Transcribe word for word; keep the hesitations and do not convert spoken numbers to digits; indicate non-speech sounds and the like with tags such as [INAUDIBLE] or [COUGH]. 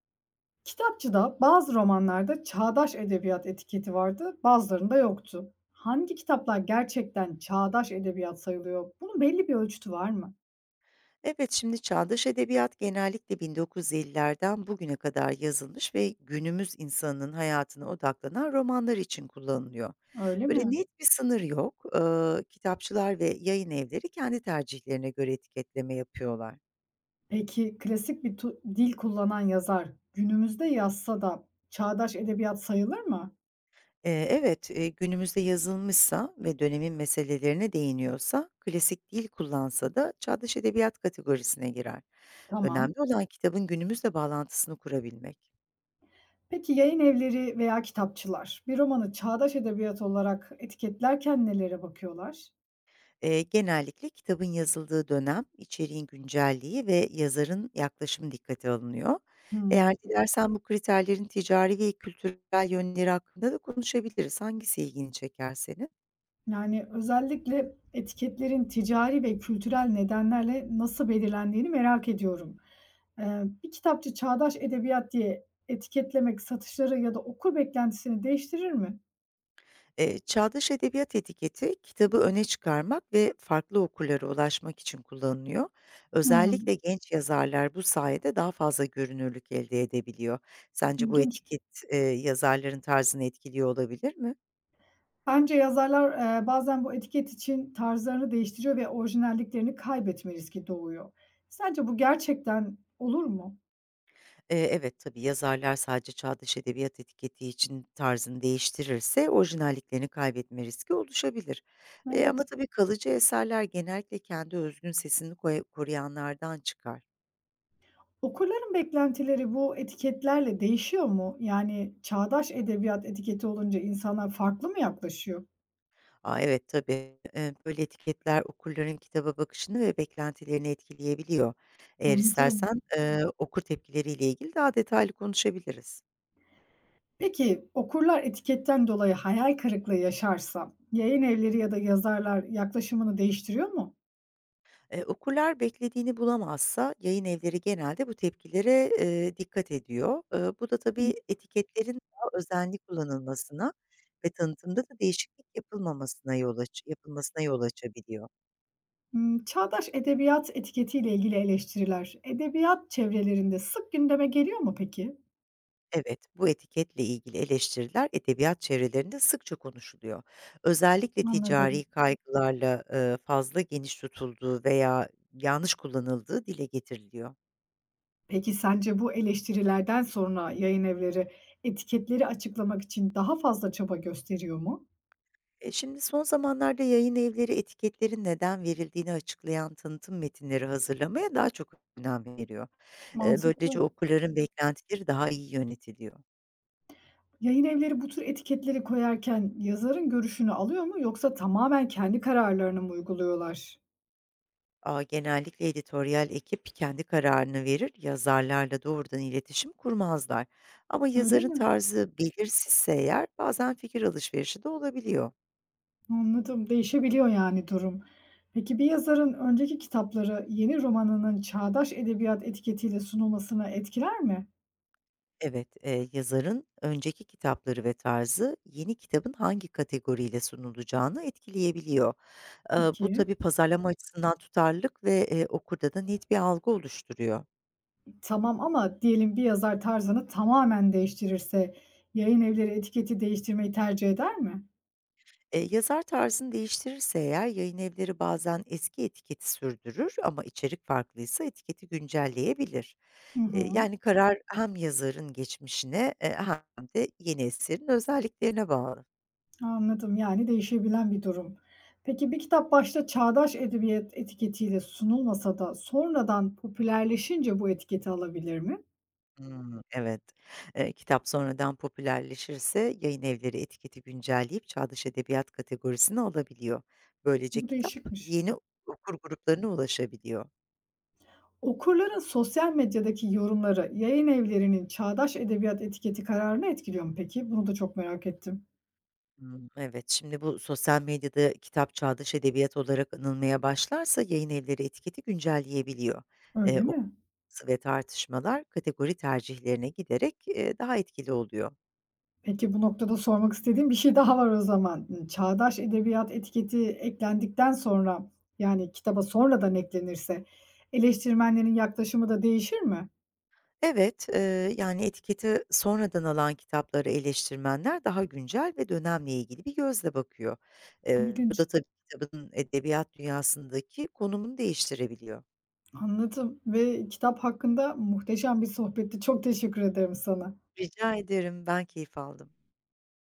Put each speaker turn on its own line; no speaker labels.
Kitapçıda bazı romanlarda çağdaş edebiyat etiketi vardı, bazılarında yoktu. Hangi kitaplar gerçekten çağdaş edebiyat sayılıyor? Bunun belli bir ölçütü var mı?
Evet, şimdi çağdaş edebiyat genellikle bin dokuz yüz ellilerden bugüne kadar yazılmış ve günümüz insanının hayatına odaklanan romanlar için kullanılıyor.
Öyle
Böyle
mi?
net bir sınır yok. Eee, kitapçılar ve yayın evleri kendi tercihlerine göre etiketleme yapıyorlar.
Peki klasik bir tu- dil kullanan yazar günümüzde yazsa da çağdaş edebiyat sayılır mı?
Eee, evet, eee, günümüzde yazılmışsa ve dönemin meselelerine değiniyorsa, klasik dil kullansa da çağdaş edebiyat kategorisine girer.
Tamam.
Önemli olan kitabın günümüzle bağlantısını kurabilmek.
Peki yayın evleri veya kitapçılar bir romanı çağdaş edebiyat olarak etiketlerken nelere bakıyorlar?
Eee, genellikle kitabın yazıldığı dönem, içeriğin güncelliği ve yazarın yaklaşımı dikkate alınıyor.
Hmm.
Eğer dilersen bu kriterlerin ticari ve kültürel yönleri hakkında da konuşabiliriz. Hangisi ilgini çeker senin?
Yani, özellikle etiketlerin ticari ve kültürel nedenlerle nasıl belirlendiğini merak ediyorum. Eee, bir kitapçı çağdaş edebiyat diye etiketlemek satışları ya da okur beklentisini değiştirir mi?
Eee, çağdaş edebiyat etiketi kitabı öne çıkarmak ve farklı okurlara ulaşmak için kullanılıyor.
Hımm,
Özellikle genç yazarlar bu sayede daha fazla görünürlük elde edebiliyor. Sence bu
ilginç.
etiket, eee, yazarların tarzını etkiliyor olabilir mi?
Bence yazarlar, eee, bazen bu etiket için tarzlarını değiştiriyor ve orijinalliklerini kaybetme riski doğuyor. Sence bu gerçekten olur mu?
Eee, evet, tabii yazarlar sadece çağdaş edebiyat etiketi için tarzını değiştirirse orijinalliklerini kaybetme riski oluşabilir. Eee, ama
Evet.
tabii kalıcı eserler genellikle kendi özgün sesini koya- koruyanlardan çıkar.
Okurların beklentileri bu etiketlerle değişiyor mu? Yani çağdaş edebiyat etiketi olunca insanlar farklı mı yaklaşıyor?
Aa, evet tabii. Eee, böyle etiketler okurların kitaba bakışını ve beklentilerini etkileyebiliyor. Eğer
Anladım.
istersen eee, okur tepkileriyle ilgili daha detaylı konuşabiliriz.
Peki okurlar etiketten dolayı hayal kırıklığı yaşarsa yayın evleri ya da yazarlar yaklaşımını değiştiriyor mu?
Eee, okurlar beklediğini bulamazsa yayın evleri genelde bu tepkilere, eee, dikkat ediyor. Eee, bu da
İ
tabii etiketlerin daha özenli kullanılmasına ve tanıtımda da değişiklik yapılmamasına yol aç yapılmasına yol açabiliyor.
Çağdaş edebiyat etiketiyle ilgili eleştiriler edebiyat çevrelerinde sık gündeme geliyor mu peki?
Evet, bu etiketle ilgili eleştiriler edebiyat çevrelerinde sıkça konuşuluyor. Özellikle
Anladım.
ticari kaygılarla, eee, fazla geniş tutulduğu veya yanlış kullanıldığı dile getiriliyor.
Peki sence bu eleştirilerden sonra yayın evleri etiketleri açıklamak için daha fazla çaba gösteriyor mu?
E, şimdi son zamanlarda yayın evleri etiketlerin neden verildiğini açıklayan tanıtım metinleri hazırlamaya daha çok önem veriyor. E, böylece
Mantıklı.
okurların beklentileri daha iyi yönetiliyor.
Yayın evleri bu tür etiketleri koyarken yazarın görüşünü alıyor mu yoksa tamamen kendi kararlarını mı uyguluyorlar?
Aa, genellikle editoryal ekip kendi kararını verir, yazarlarla doğrudan iletişim kurmazlar. Ama
Öyle
yazarın
mi?
tarzı belirsizse eğer bazen fikir alışverişi de olabiliyor.
Anladım. Değişebiliyor yani durum. Peki bir yazarın önceki kitapları yeni romanının çağdaş edebiyat etiketiyle sunulmasına etkiler mi?
Evet, eee, yazarın önceki kitapları ve tarzı yeni kitabın hangi kategoriyle sunulacağını etkileyebiliyor. Eee, bu
Peki.
tabii pazarlama açısından tutarlılık ve, eee, okurda da net bir algı oluşturuyor.
Tamam ama diyelim bir yazar tarzını tamamen değiştirirse yayın evleri etiketi değiştirmeyi tercih eder mi?
Eee, yazar tarzını değiştirirse eğer yayınevleri bazen eski etiketi sürdürür ama içerik farklıysa etiketi güncelleyebilir.
Hı
Eee,
hı.
yani karar hem yazarın geçmişine, eee, hem de yeni eserin özelliklerine bağlı.
Anladım, yani değişebilen bir durum. Peki bir kitap başta çağdaş edebiyat etiketiyle sunulmasa da sonradan popülerleşince bu etiketi alabilir mi?
Hımm, evet. Eee, kitap sonradan popülerleşirse yayın evleri etiketi güncelleyip çağdaş edebiyat kategorisine alabiliyor. Böylece
Bu
kitap
değişikmiş.
yeni okur gruplarına ulaşabiliyor.
Okurların sosyal medyadaki yorumları yayın evlerinin çağdaş edebiyat etiketi kararını etkiliyor mu peki? Bunu da çok merak ettim.
Hımm, evet. Şimdi bu sosyal medyada kitap çağdaş edebiyat olarak anılmaya başlarsa yayın evleri etiketi güncelleyebiliyor.
Öyle
Eee, okur
mi?
baskısı ve tartışmalar kategori tercihlerine giderek, eee, daha etkili oluyor.
Peki bu noktada sormak istediğim bir şey [LAUGHS] daha var o zaman. Çağdaş edebiyat etiketi eklendikten sonra, yani kitaba sonradan eklenirse eleştirmenlerin yaklaşımı da değişir mi?
Evet, eee, yani etiketi sonradan alan kitapları eleştirmenler daha güncel ve dönemle ilgili bir gözle bakıyor. Eee, bu
İlginç.
da tabii kitabın edebiyat dünyasındaki konumunu değiştirebiliyor.
Anladım ve kitap hakkında muhteşem bir sohbetti. Çok teşekkür ederim sana.
Rica ederim, ben keyif aldım.